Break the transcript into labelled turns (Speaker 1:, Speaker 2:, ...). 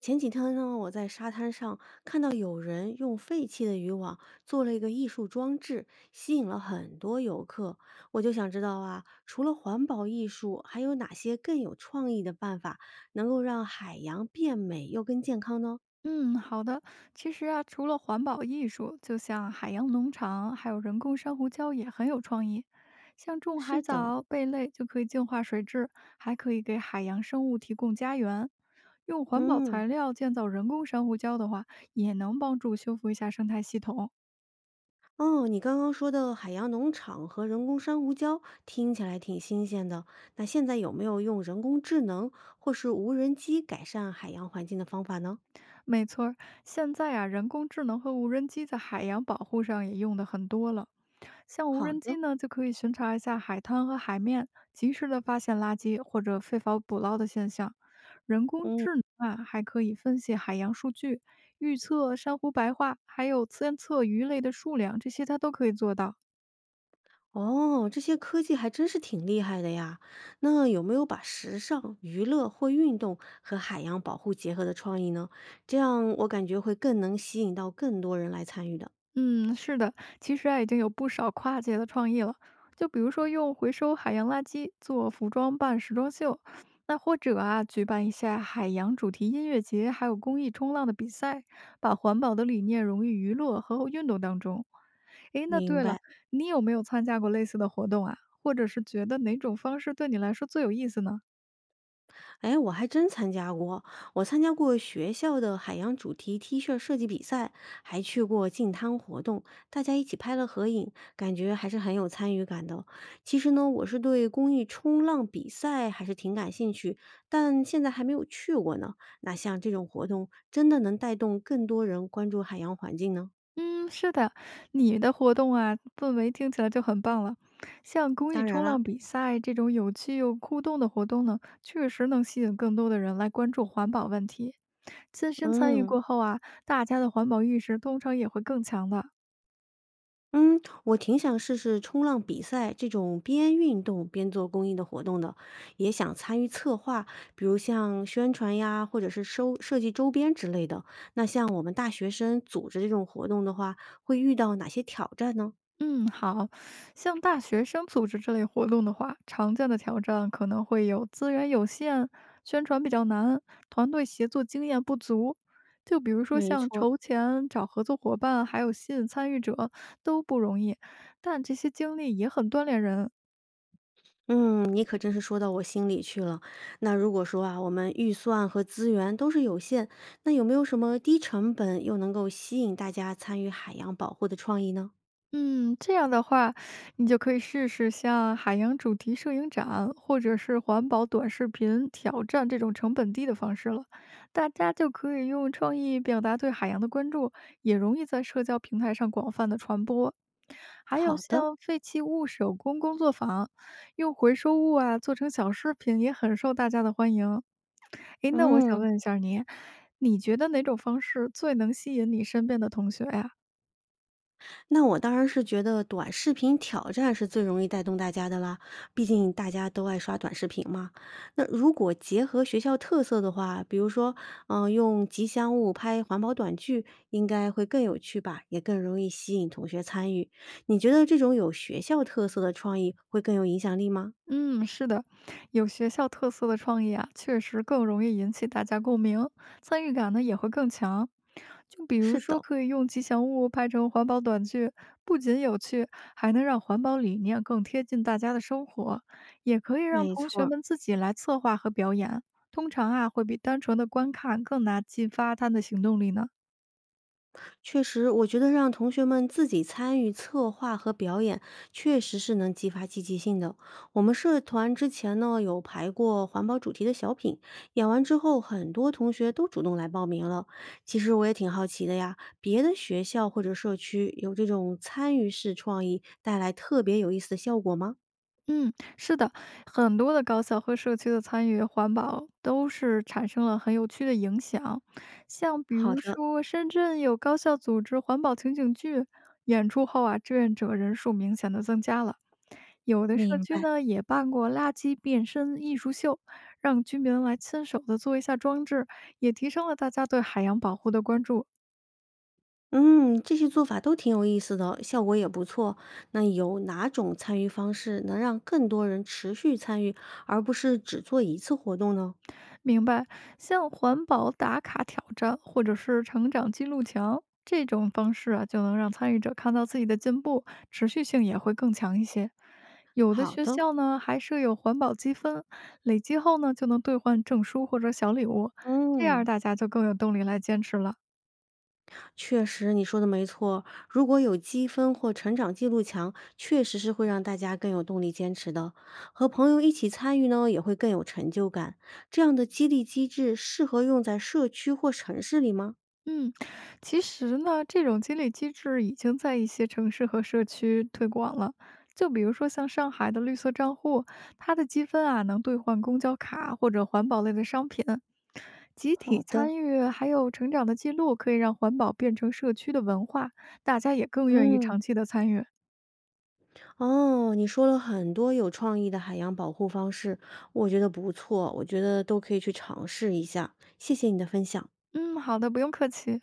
Speaker 1: 前几天呢，我在沙滩上看到有人用废弃的渔网做了一个艺术装置，吸引了很多游客。我就想知道啊，除了环保艺术，还有哪些更有创意的办法能够让海洋变美又更健康呢？
Speaker 2: 嗯，好的。其实啊，除了环保艺术，就像海洋农场，还有人工珊瑚礁也很有创意。像种海
Speaker 1: 是的，
Speaker 2: 藻、贝类就可以净化水质，还可以给海洋生物提供家园。用环保
Speaker 1: 嗯，
Speaker 2: 材料建造人工珊瑚礁的话，也能帮助修复一下生态系统。
Speaker 1: 哦，你刚刚说的海洋农场和人工珊瑚礁听起来挺新鲜的。那现在有没有用人工智能或是无人机改善海洋环境的方法呢？
Speaker 2: 没错儿，现在啊，人工智能和无人机在海洋保护上也用的很多了。像无
Speaker 1: 好
Speaker 2: 人机
Speaker 1: 的，
Speaker 2: 呢，就可以巡查一下海滩和海面，及时的发现垃圾或者非法捕捞的现象。人工
Speaker 1: 嗯。
Speaker 2: 智能啊，还可以分析海洋数据，预测珊瑚白化，还有监测鱼类的数量，这些它都可以做到。
Speaker 1: 哦，这些科技还真是挺厉害的呀。那有没有把时尚、娱乐或运动和海洋保护结合的创意呢？这样我感觉会更能吸引到更多人来参与的。
Speaker 2: 嗯，是的，其实啊，已经有不少跨界的创意了。就比如说用回收海洋垃圾做服装、办时装秀，那或者啊，举办一下海洋主题音乐节，还有公益冲浪的比赛，把环保的理念融于娱乐和运动当中。诶，那
Speaker 1: 明
Speaker 2: 对了，
Speaker 1: 白。
Speaker 2: 你有没有参加过类似的活动啊？或者是觉得哪种方式对你来说最有意思呢？
Speaker 1: 哎，我还真参加过，我参加过学校的海洋主题 T 恤设计比赛，还去过净滩活动，大家一起拍了合影，感觉还是很有参与感的。其实呢，我是对公益冲浪比赛还是挺感兴趣，但现在还没有去过呢。那像这种活动，真的能带动更多人关注海洋环境呢？
Speaker 2: 嗯，是的，你的活动啊，氛围听起来就很棒了。像公益
Speaker 1: 当然
Speaker 2: 冲
Speaker 1: 啦，
Speaker 2: 浪比赛这种有趣又互动的活动呢，确实能吸引更多的人来关注环保问题。亲身参与
Speaker 1: 嗯。
Speaker 2: 过后啊，大家的环保意识通常也会更强的。
Speaker 1: 嗯，我挺想试试冲浪比赛这种边运动边做公益的活动的，也想参与策划，比如像宣传呀，或者是收设计周边之类的。那像我们大学生组织这种活动的话，会遇到哪些挑战呢？
Speaker 2: 嗯，好，像大学生组织这类活动的话，常见的挑战可能会有资源有限、宣传比较难、团队协作经验不足。就比如说
Speaker 1: 没
Speaker 2: 像
Speaker 1: 错儿，
Speaker 2: 筹钱、找合作伙伴，还有吸引参与者都不容易，但这些经历也很锻炼人。
Speaker 1: 嗯，你可真是说到我心里去了。那如果说啊，我们预算和资源都是有限，那有没有什么低成本又能够吸引大家参与海洋保护的创意呢？
Speaker 2: 嗯，这样的话，你就可以试试像海洋主题摄影展，或者是环保短视频挑战这种成本低的方式了。大家就可以用创意表达对海洋的关注，也容易在社交平台上广泛的传播。还有
Speaker 1: 好的。
Speaker 2: 像废弃物手工工作坊，用回收物啊做成小饰品，也很受大家的欢迎。诶，那我想
Speaker 1: 嗯，
Speaker 2: 问一下你，你觉得哪种方式最能吸引你身边的同学呀？
Speaker 1: 那我当然是觉得短视频挑战是最容易带动大家的啦，毕竟大家都爱刷短视频嘛。那如果结合学校特色的话，比如说，用吉祥物拍环保短剧，应该会更有趣吧，也更容易吸引同学参与。你觉得这种有学校特色的创意会更有影响力吗？
Speaker 2: 嗯，是的，有学校特色的创意啊，确实更容易引起大家共鸣，参与感呢也会更强。就比如
Speaker 1: 是
Speaker 2: 说，
Speaker 1: 的，
Speaker 2: 可以用吉祥物拍成环保短剧，不仅有趣，还能让环保理念更贴近大家的生活。也可以让
Speaker 1: 没
Speaker 2: 同
Speaker 1: 错
Speaker 2: 学
Speaker 1: 儿
Speaker 2: 们自己来策划和表演，通常啊会比单纯的观看更难激发他的行动力呢。
Speaker 1: 确实，我觉得让同学们自己参与策划和表演，确实是能激发积极性的。我们社团之前呢有排过环保主题的小品，演完之后，很多同学都主动来报名了。其实我也挺好奇的呀，别的学校或者社区有这种参与式创意带来特别有意思的效果吗？
Speaker 2: 嗯，是的，很多的高校和社区的参与环保都是产生了很有趣的影响。像比
Speaker 1: 好
Speaker 2: 如
Speaker 1: 的，
Speaker 2: 说，深圳有高校组织环保情景剧，演出后啊，志愿者人数明显的增加了。有的社
Speaker 1: 明
Speaker 2: 区
Speaker 1: 白。
Speaker 2: 呢也办过垃圾变身艺术秀，让居民来亲手的做一下装置，也提升了大家对海洋保护的关注。
Speaker 1: 嗯，这些做法都挺有意思的，效果也不错。那有哪种参与方式能让更多人持续参与，而不是只做一次活动呢？
Speaker 2: 明白，像环保打卡挑战或者是成长记录墙这种方式啊，就能让参与者看到自己的进步，持续性也会更强一些。有的
Speaker 1: 好
Speaker 2: 学
Speaker 1: 的，
Speaker 2: 校呢还设有环保积分，累积后呢就能兑换证书或者小礼物，这样
Speaker 1: 嗯，
Speaker 2: 大家就更有动力来坚持了。
Speaker 1: 确实你说的没错。如果有积分或成长记录墙，确实是会让大家更有动力坚持的。和朋友一起参与呢，也会更有成就感。这样的激励机制适合用在社区或城市里吗？
Speaker 2: 嗯，其实呢，这种激励机制已经在一些城市和社区推广了。就比如说像上海的绿色账户，它的积分啊能兑换公交卡或者环保类的商品。集
Speaker 1: 好
Speaker 2: 体
Speaker 1: 的，
Speaker 2: 参与还有成长的记录，可以让环保变成社区的文化，大家也更愿意
Speaker 1: 嗯，
Speaker 2: 长期的参与。
Speaker 1: 哦，你说了很多有创意的海洋保护方式，我觉得不错，我觉得都可以去尝试一下。谢谢你的分享。
Speaker 2: 嗯，好的，不用客气。